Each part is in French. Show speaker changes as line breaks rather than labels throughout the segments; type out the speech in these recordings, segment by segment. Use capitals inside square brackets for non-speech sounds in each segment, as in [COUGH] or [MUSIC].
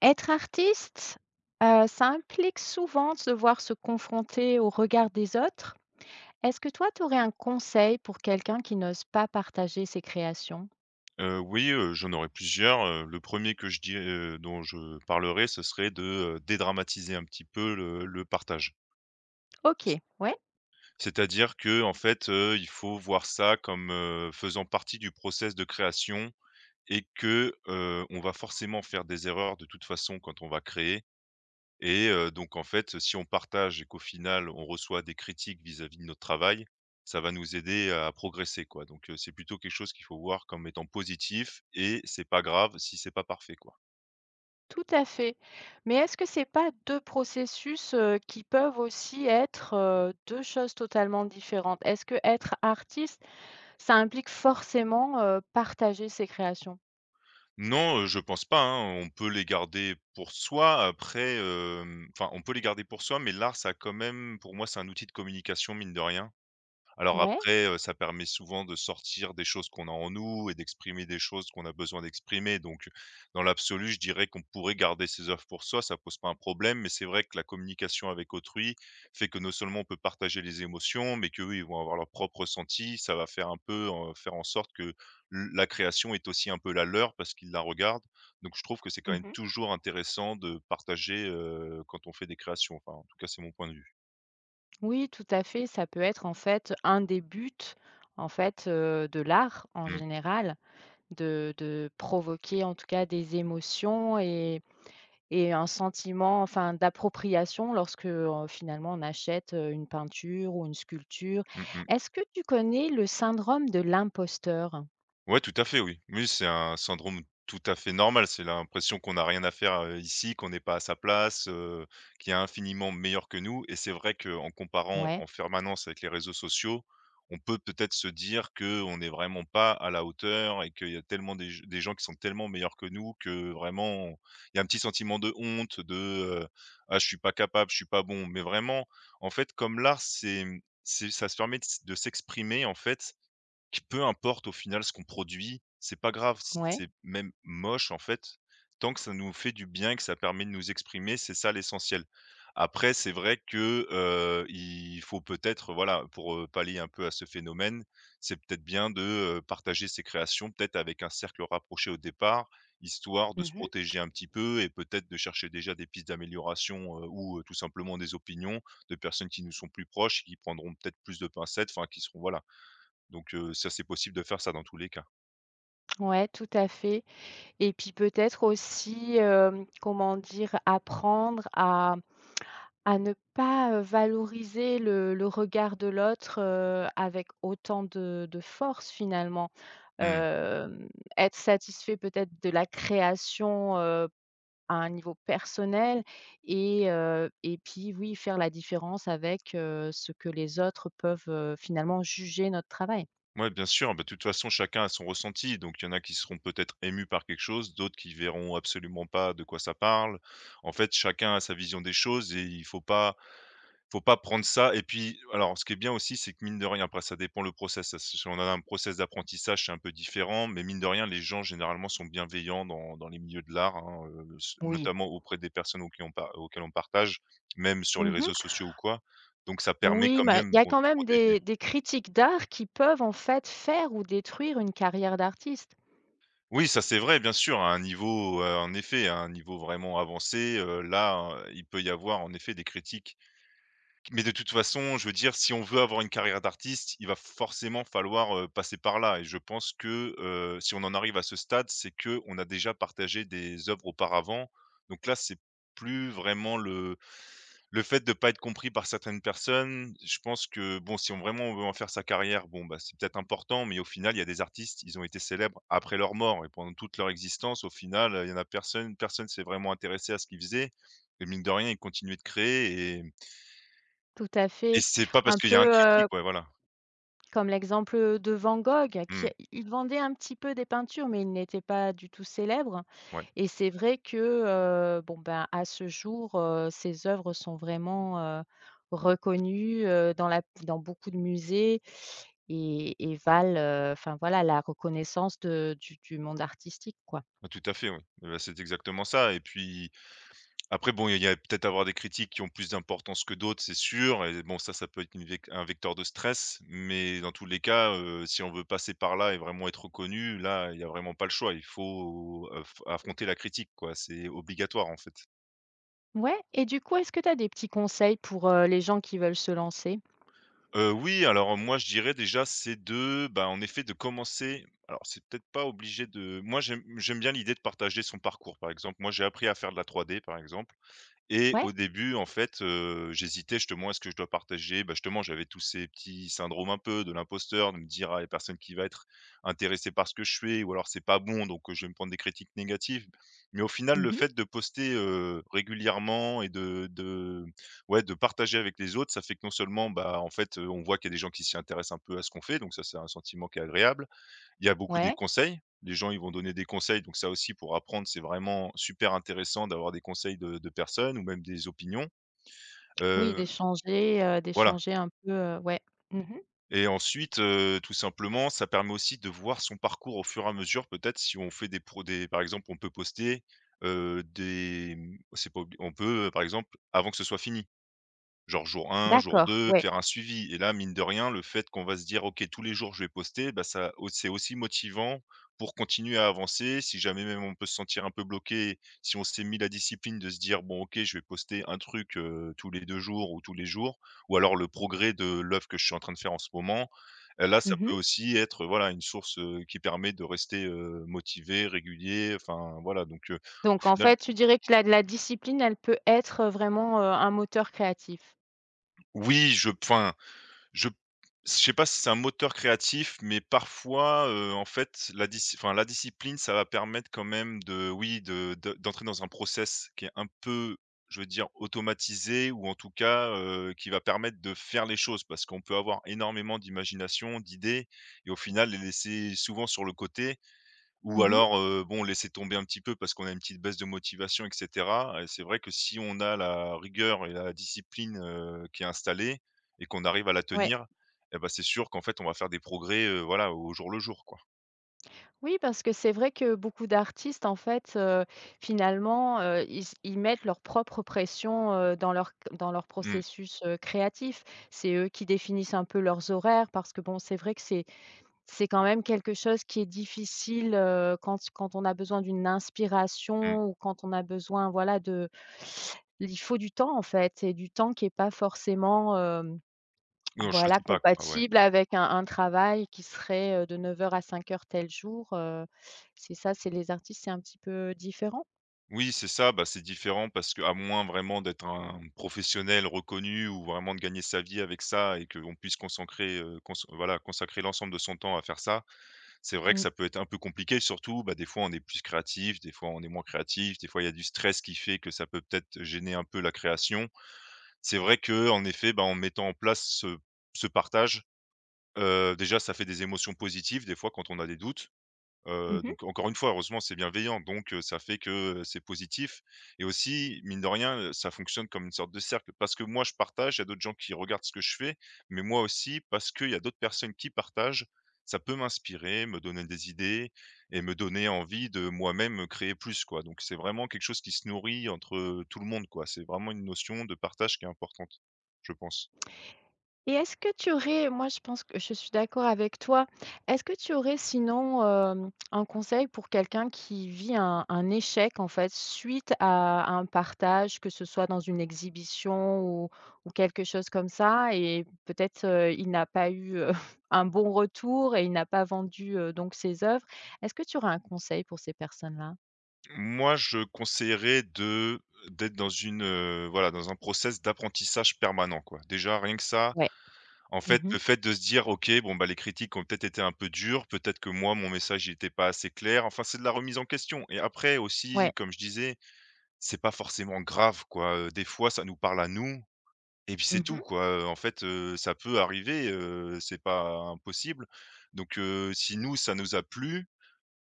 Être artiste, ça implique souvent de devoir se confronter au regard des autres. Est-ce que toi, tu aurais un conseil pour quelqu'un qui n'ose pas partager ses créations?
Oui, j'en aurais plusieurs, le premier que je dis, dont je parlerai, ce serait de, dédramatiser un petit peu le partage. C
OK, ouais,
c'est-à-dire que, en fait, il faut voir ça comme, faisant partie du process de création et que, on va forcément faire des erreurs de toute façon quand on va créer et donc en fait, si on partage et qu'au final on reçoit des critiques vis-à-vis de notre travail, ça va nous aider à progresser quoi. Donc c'est plutôt quelque chose qu'il faut voir comme étant positif et c'est pas grave si c'est pas parfait quoi.
tout à fait. Mais est-ce que c'est pas 2 processus, qui peuvent aussi être, 2 choses totalement différentes? Est-ce que être artiste, ça implique forcément, partager ses créations?
Non, je pense pas, hein, on peut les garder pour soi après, enfin on peut les garder pour soi, mais l'art ça a quand même pour moi c'est un outil de communication mine de rien. Alors
Ouais?
après, ça permet souvent de sortir des choses qu'on a en nous et d'exprimer des choses qu'on a besoin d'exprimer donc dans l'absolu, je dirais qu'on pourrait garder ses œuvres pour soi, ça pose pas un problème mais c'est vrai que la communication avec autrui fait que non seulement on peut partager les émotions mais qu'eux, ils vont avoir leur propre ressenti. Ça va faire un peu, faire en sorte que l la création est aussi un peu la leur parce qu'ils la regardent donc je trouve que c'est quand même
Mmh.
toujours intéressant de partager, quand on fait des créations, enfin en tout cas c'est mon point de vue.
Oui, tout à fait. Ça peut être en fait un des buts en fait de l'art en
Mmh.
général, de provoquer en tout cas des émotions et un sentiment enfin d'appropriation lorsque finalement on achète une peinture ou une sculpture.
Mmh mh.
Est-ce que tu connais le syndrome de l'imposteur?
Ouais, tout à fait, oui. Oui, c'est un syndrome tout à fait normal. C'est l'impression qu'on n'a rien à faire, ici, qu'on n'est pas à sa place, qu'il y a infiniment meilleur que nous et c'est vrai qu'en comparant
Ouais,
en permanence avec les réseaux sociaux, on peut peut-être se dire qu'on n'est vraiment pas à la hauteur et qu'il y a tellement des gens qui sont tellement meilleurs que nous que vraiment il y a un petit sentiment de honte, de, heu: «Ah je suis pas capable, je suis pas bon». Mais vraiment, en fait, comme l'art, c'est, mmh, c'est ça se permet de s'exprimer en fait Q peu importe au final ce qu'on produit, c'est pas grave si
ouais.
c'est même moche en fait, tant que ça nous fait du bien que ça permet de nous exprimer, c'est ça l'essentiel. Après c'est vrai que, il faut peut-être voilà pour, pallier un peu à ce phénomène, c'est peut-être bien de, partager ses créations peut-être avec un cercle rapproché au départ, histoire de se
Mhm.
protéger un petit peu et peut-être de chercher déjà des pistes d'amélioration, ou, tout simplement des opinions de personnes qui nous sont plus proches, qui prendront peut-être plus de pincettes, enfin qui seront voilà, donc ça, c'est possible de faire ça dans tous les cas.
Ouais, tout à fait. Et puis peut-être aussi, comment dire, apprendre à ne pas, valoriser le regard de l'autre, avec autant de force finalement.
Mmh.
Hem, être satisfait peut-être de la création, à un niveau personnel et puis oui, faire la différence avec, ce que les autres peuvent, finalement juger notre travail.
Ouais, bien sûr, bah, de toute façon, chacun a son ressenti, donc il y en a qui seront peut-être émus par quelque chose, d'autres qui verront absolument pas de quoi ça parle. En fait, chacun a sa vision des choses et il faut pas faut pas prendre ça et puis alors ce qui est bien aussi, c'est que mine de rien, après ça dépend le process, ça si on a un process d'apprentissage, c'est un peu différent, mais mine de rien, les gens généralement sont bienveillants dans les milieux de l'art, hein, s
Oui.
notamment auprès des personnes auxquelles on par auxquelles on partage, même sur les réseaux
Mmh.
sociaux ou quoi. Donc ça permet quand
Oui, mais
même,
il y a
bon, de
quand
se
même
protéger.
des critiques d'art qui peuvent en fait faire ou détruire une carrière d'artiste.
Oui, ça c'est vrai, bien sûr, à un niveau, en effet, à un niveau vraiment avancé, là, il peut y avoir en effet des critiques. Mais de toute façon, je veux dire, si on veut avoir une carrière d'artiste, il va forcément falloir, passer par là et je pense que, si on en arrive à ce stade, c'est que on a déjà partagé des œuvres auparavant. Donc là, c'est plus vraiment le fait de ne pas être compris par certaines personnes. Je pense que bon, si on vraiment on veut en faire sa carrière, bon, bah, c'est peut-être important, mais au final, il y a des artistes, ils ont été célèbres après leur mort et pendant toute leur existence. Au final, il y en a personne s'est vraiment intéressé à ce qu'ils faisaient et mine de rien, ils continuaient de créer
Tout à
et
fait.
c'est pas parce
Un
qu'il y a un
peu,
critique, ouais, voilà.
comme l'exemple, de Van Gogh qui
Mmh,
il vendait un petit peu des peintures, mais il n'était pas du tout célèbre
ouais,
et c'est vrai que, bon, ben, à ce jour, ses œuvres sont vraiment, reconnues, dans la dans beaucoup de musées et valent, enfin, voilà, la reconnaissance de du monde artistique, quoi.
bah, tout à fait, oui. Et bah, c'est exactement ça et puis après bon, il y a peut-être avoir des critiques qui ont plus d'importance que d'autres, c'est sûr et bon ça peut être une vec un vecteur de stress, mais dans tous les cas, si on veut passer par là et vraiment être reconnu, là, il y a vraiment pas le choix. Il faut, affronter la critique, quoi. C'est obligatoire, en fait.
Ouais et du coup, est-ce que tu as des petits conseils pour, les gens qui veulent se lancer?
Oui, alors moi je dirais déjà c'est de, bah, en effet de commencer alors c'est peut-être pas obligé de moi j'aime bien l'idée de partager son parcours, par exemple. Moi j'ai appris à faire de la 3D, par exemple et
Ouais.
au début, en fait, j'hésitais justement, est-ce que je dois partager? Bah, justement, j'avais tous ces petits syndromes un peu de l'imposteur, de me dire: «Ah, il y a personne qui va être intéressé par ce que je fais ou alors c'est pas bon, donc je vais me prendre des critiques négatives». Mais au final, le
Mmh.
fait de poster, régulièrement et de ouais, de partager avec les autres, ça fait que non seulement, bah, en fait, on voit qu'il y a des gens qui s'y intéressent un peu à ce qu'on fait, donc ça, c'est un sentiment qui est agréable. Il y a beaucoup des
Ouais.
conseils. Les gens, ils vont donner des conseils, donc ça aussi pour apprendre, c'est vraiment super intéressant d'avoir des conseils de personnes ou même des opinions.
Oui,
Heu,
d'échanger,
voilà
d'échanger un peu, ouais. Mmh.
et ensuite, tout simplement, ça permet aussi de voir son parcours au fur et à mesure peut-être si on fait des pro des par exemple, on peut poster, c'est pas obli on peut, par exemple, avant que ce soit fini. Genre jour un, jour
D'accord,
2,
ouais.
faire un suivi et là, mine de rien, le fait qu'on va se dire: «OK, tous les jours je vais poster», bah, ça au c'est aussi motivant pour continuer à avancer. Si jamais même on peut se sentir un peu bloqué, si on s'est mis la discipline de se dire: «Bon, OK, je vais poster un truc, tous les 2 jours ou tous les jours» ou alors le progrès de l'œuvre que je suis en train de faire en ce moment. Là, ça
Mmh mh.
peut aussi être, voilà, une source, qui permet de rester, motivé, régulier, enfin voilà donc au
Donc en
final
fait, tu dirais que la discipline, elle peut être, vraiment, un moteur créatif?
oui, je p enfin Je je sais pas si c'est un moteur créatif, mais parfois, en fait, la disci enfin, la discipline, ça va permettre quand même de oui, de d'entrer dans un process qui est un peu, je veux dire, automatisé ou en tout cas, qui va permettre de faire les choses. Parce qu'on peut avoir énormément d'imagination, d'idées et au final les laisser souvent sur le côté ou
Mmh mh.
alors, bon, laisser tomber un petit peu parce qu'on a une petite baisse de motivation et cetera et c'est vrai que si on a la rigueur et la discipline, qui est installée et qu'on arrive à la
Ouais.
tenir eh bah, c'est sûr qu'en fait, on va faire des progrès, voilà, au jour le jour, quoi.
Oui, parce que c'est vrai que beaucoup d'artistes, en fait, finalement, ils s ils mettent leur propre pression, dans leur c dans leur
Mmh,
processus, créatif. C'est eux qui définissent un peu leurs horaires parce que bon, c'est vrai que c'est quand même quelque chose qui est difficile, quand quand on a besoin d'une
mmh.
inspiration ou quand on a besoin, voilà, de il faut du temps, en fait et du temps qui est pas forcément, hem,
Oui, on
voilà,
choisit pas, quoi, ouais.
compatible avec un travail qui serait, de 9 heures à 5 heures tel jour, c'est ça, c'est les artistes, c'est un petit peu différent.
Oui, c'est ça, bah, c'est différent parce qu'à moins vraiment d'être un professionnel reconnu ou vraiment de gagner sa vie avec ça et qu'on puisse consacrer, cons voilà, consacrer l'ensemble de son temps à faire ça, c'est vrai que
Mmh.
ça peut être un peu compliqué, surtout, bah, des fois on est plus créatif, des fois on est moins créatif, des fois il y a du stress qui fait que ça peut peut-être gêner un peu la création. C'est vrai que en effet, bah, en mettant en place ce partage, déjà ça fait des émotions positives des fois quand on a des doutes. Donc encore une fois, heureusement, c'est bienveillant, donc ça fait que, c'est positif et aussi, mine de rien, ça fonctionne comme une sorte de cercle. Parce que moi, je partage, il y a d'autres gens qui regardent ce que je fais, mais moi aussi, parce qu'il y a d'autres personnes qui partagent, ça peut m'inspirer, me donner des idées et me donner envie de moi-même, créer plus, quoi. Donc c'est vraiment quelque chose qui se nourrit entre, tout le monde, quoi. C'est vraiment une notion de partage qui est importante, je pense.
Et est-ce que tu aurais moi je pense que je suis d'accord avec toi. Est-ce que tu aurais sinon, hem, un conseil pour quelqu'un qui vit un échec en fait suite à un partage, que ce soit dans une exhibition ou quelque chose comme ça et peut-être, il n'a pas eu, [LAUGHS] un bon retour et il n'a pas vendu, donc ses œuvres. Est-ce que tu aurais un conseil pour ces personnes-là?
Moi, je conseillerais de d'être dans une, voilà, dans un process d'apprentissage permanent, quoi. Déjà, rien que ça,
Ouais.
en fait,
Mmh.
le fait de se dire: «OK, bon, bah, les critiques ont peut-être été un peu dures, peut-être que moi, mon message, n'était pas assez clair». Enfin, c'est de la remise en question et après aussi,
Ouais.
comme je disais, c'est pas forcément grave, quoi, des fois, ça nous parle à nous et puis c'est
Mmh
tout,
mh.
quoi, en fait, ça peut arriver, c'est pas impossible donc si nous, ça nous a plu.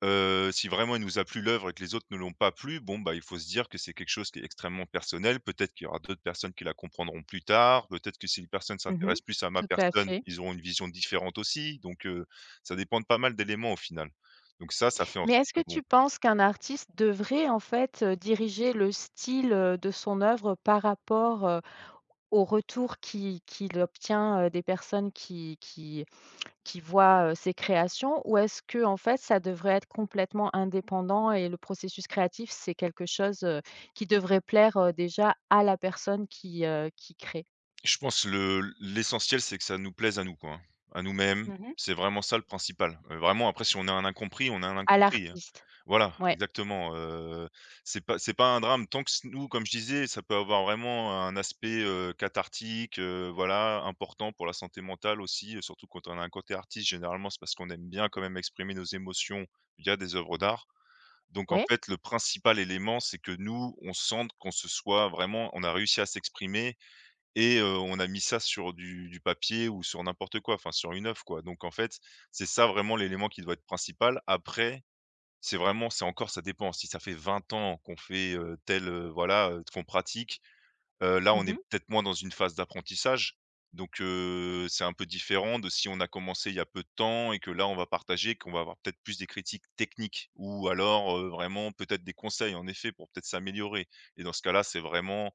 Si vraiment il nous a plu l'œuvre et que les autres ne l'ont pas plu, bon, bah, il faut se dire que c'est quelque chose qui est extrêmement personnel. Peut-être qu'il y aura d'autres personnes qui la comprendront plus tard. Peut-être que si les personnes
Mmh.
s'intéressent plus à ma
Tout à
personne,
fait.
ils auront une vision différente aussi. Donc, ça dépend de pas mal d'éléments au final. Donc ça fait en
Mais
sorte
est-ce que
que bon.
tu penses qu'un artiste devrait en fait, diriger le style, de son œuvre par rapport, au retour qui qu'il obtient, des personnes qui voient, ses créations? Ou est-ce que en fait ça devrait être complètement indépendant et le processus créatif, c'est quelque chose, qui devrait plaire, déjà à la personne qui crée?
Je pense le l'essentiel, c'est que ça nous plaise à nous, quoi, hein, à nous-mêmes.
Mmh.
C'est vraiment ça le principal. Vraiment après si on a un incompris, on a un
À
incompris, hein.
l'artiste?
Voilà,
Ouais.
exactement, c'est pas un drame tant que s nous, comme je disais, ça peut avoir vraiment un aspect, cathartique, voilà, important pour la santé mentale aussi, surtout quand on a un côté artiste, généralement, c'est parce qu'on aime bien quand même exprimer nos émotions via des œuvres d'art. Donc en
Ouais.
fait, le principal élément, c'est que nous, on sente qu'on se soit vraiment on a réussi à s'exprimer et on a mis ça sur du papier ou sur n'importe quoi, enfin sur une œuvre, quoi. Donc en fait, c'est ça vraiment l'élément qui doit être principal. Après, c'est vraiment c'est encore ça dépend. Si ça fait 20 ans qu'on fait, tel, voilà, qu'on pratique, là, on est
Mmh.
peut-être moins dans une phase d'apprentissage. Donc c'est un peu différent de si on a commencé il y a peu de temps et que là, on va partager, qu'on va avoir peut-être plus des critiques techniques ou alors, vraiment peut-être des conseils en effet pour peut-être s'améliorer et dans ce cas-là, c'est vraiment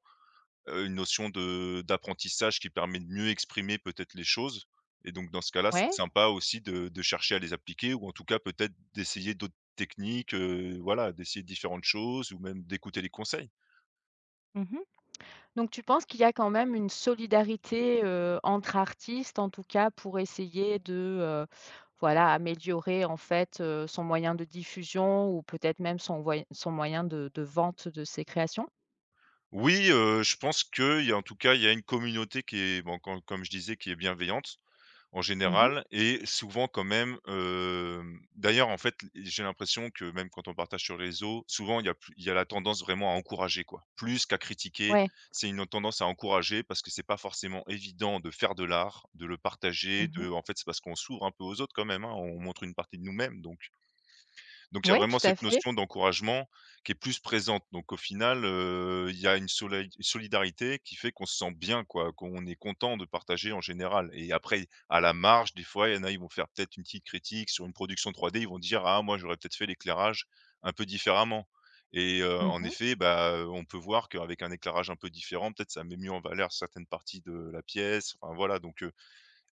une notion de d'apprentissage qui permet de mieux exprimer peut-être les choses et donc dans ce cas-là, c'est
Ouais.
sympa aussi de chercher à les appliquer ou en tout cas peut-être d'essayer d'autres techniques, voilà, d'essayer différentes choses ou même d'écouter les conseils.
Mmh. Donc tu penses qu'il y a quand même une solidarité, entre artistes, en tout cas, pour essayer de, voilà, améliorer, en fait, son moyen de diffusion ou peut-être même son voy son moyen de vente de ses créations?
Oui, je pense qu'il y a en tout cas, il y a une communauté qui est bon, comme je disais, qui est bienveillante en
Mmh.
général et souvent quand même, d'ailleurs, en fait, j'ai l'impression que même quand on partage sur les réseaux, souvent il y a la tendance vraiment à encourager, quoi, plus qu'à critiquer.
Ouais.
C'est une tendance à encourager parce que c'est pas forcément évident de faire de l'art, de le partager,
Mmh.
de en fait, c'est parce qu'on s'ouvre un peu aux autres quand même, hein, on montre une partie de nous-mêmes donc il y a
Ouais, tout
vraiment
à
cette
fait.
notion d'encouragement qui est plus présente. Donc au final, il y a une solai solidarité qui fait qu'on se sent bien quoi, qu'on est content de partager en général et après à la marge, des fois, il y en a, ils vont faire peut-être une petite critique sur une production 3D, ils vont dire: «Ah moi j'aurais peut-être fait l'éclairage un peu différemment» et en
Mmh.
effet, bah, on peut voir qu'avec un éclairage un peu différent, peut-être ça met mieux en valeur certaines parties de la pièce. Enfin voilà donc,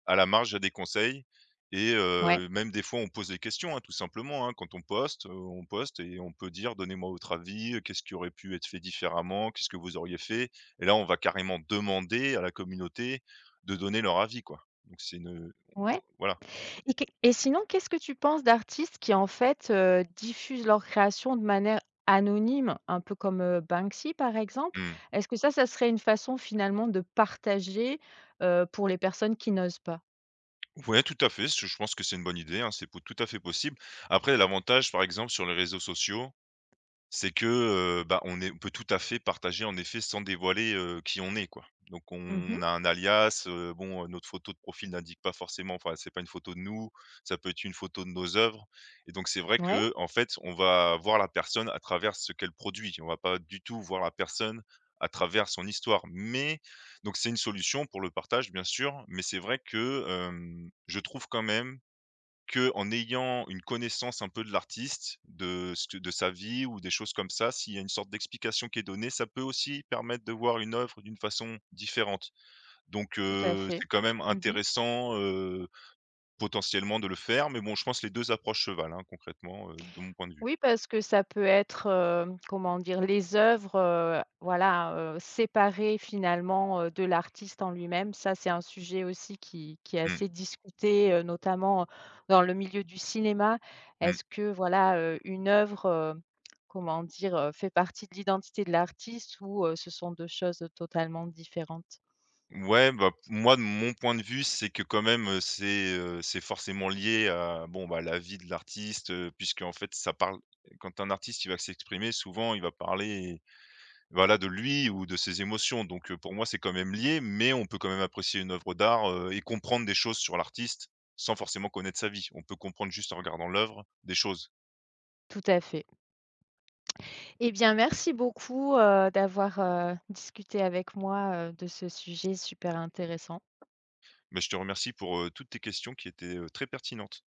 à la marge, il y a des conseils et
Ouais,
même des fois on pose des questions, hein, tout simplement, hein. Quand on poste et on peut dire: «Donnez-moi votre avis, qu'est-ce qui aurait pu être fait différemment? Qu'est-ce que vous auriez fait?» et là, on va carrément demander à la communauté de donner leur avis, quoi. Donc c'est une,
ouais.
voilà.
Et qu'est et sinon, qu'est-ce que tu penses d'artistes qui, en fait, diffusent leurs créations de manière anonyme, un peu comme, Banksy, par exemple?
Mmh.
Est-ce que ça serait une façon, finalement, de partager, pour les personnes qui n'osent pas?
Ouais, tout à fait, je pense que c'est une bonne idée, hein, c'est pou tout à fait possible. Après l'avantage, par exemple, sur les réseaux sociaux. C'est que, bah, on peut tout à fait partager en effet sans dévoiler, qui on est, quoi. Donc on
Mmh.
on a un alias, bon, notre photo de profil n'indique pas forcément enfin, c'est pas une photo de nous, ça peut être une photo de nos œuvres et donc c'est vrai
Ouais,
que en fait, on va voir la personne à travers ce qu'elle produit. On va pas du tout voir la personne à travers son histoire, mais donc c'est une solution pour le partage, bien sûr, mais c'est vrai que, je trouve quand même que en ayant une connaissance un peu de l'artiste, de ce que de sa vie ou des choses comme ça, s'il y a une sorte d'explication qui est donnée, ça peut aussi permettre de voir une œuvre d'une façon différente. Donc
tout à fait.
c'est quand même
Mmh.
intéressant, potentiellement de le faire, mais bon, je pense que les 2 approches se valent, hein, concrètement, de mon point de vue.
Oui, parce que ça peut être, comment dire? Les œuvres, voilà, séparées finalement, de l'artiste en lui-même. Ça, c'est un sujet aussi qui est
Mmh,
assez discuté, notamment dans le milieu du cinéma.
mmh.
Est-ce que voilà, une œuvre, comment dire? Fait partie de l'identité de l'artiste ou, ce sont 2 choses, totalement différentes?
Ouais, bah, moi, de mon point de vue, c'est que quand même, c'est forcément lié à, bon, bah, la vie de l'artiste, puisque en fait, ça parle quand un artiste, il va s'exprimer, souvent, il va parler. Voilà, de lui ou de ses émotions, donc pour moi, c'est quand même lié, mais on peut quand même apprécier une œuvre d'art, et comprendre des choses sur l'artiste sans forcément connaître sa vie. On peut comprendre juste en regardant l'œuvre des choses.
Tout à fait. Eh bien, merci beaucoup, d'avoir, discuté avec moi, de ce sujet super intéressant.
Mais je te remercie pour, toutes tes questions qui étaient, très pertinentes.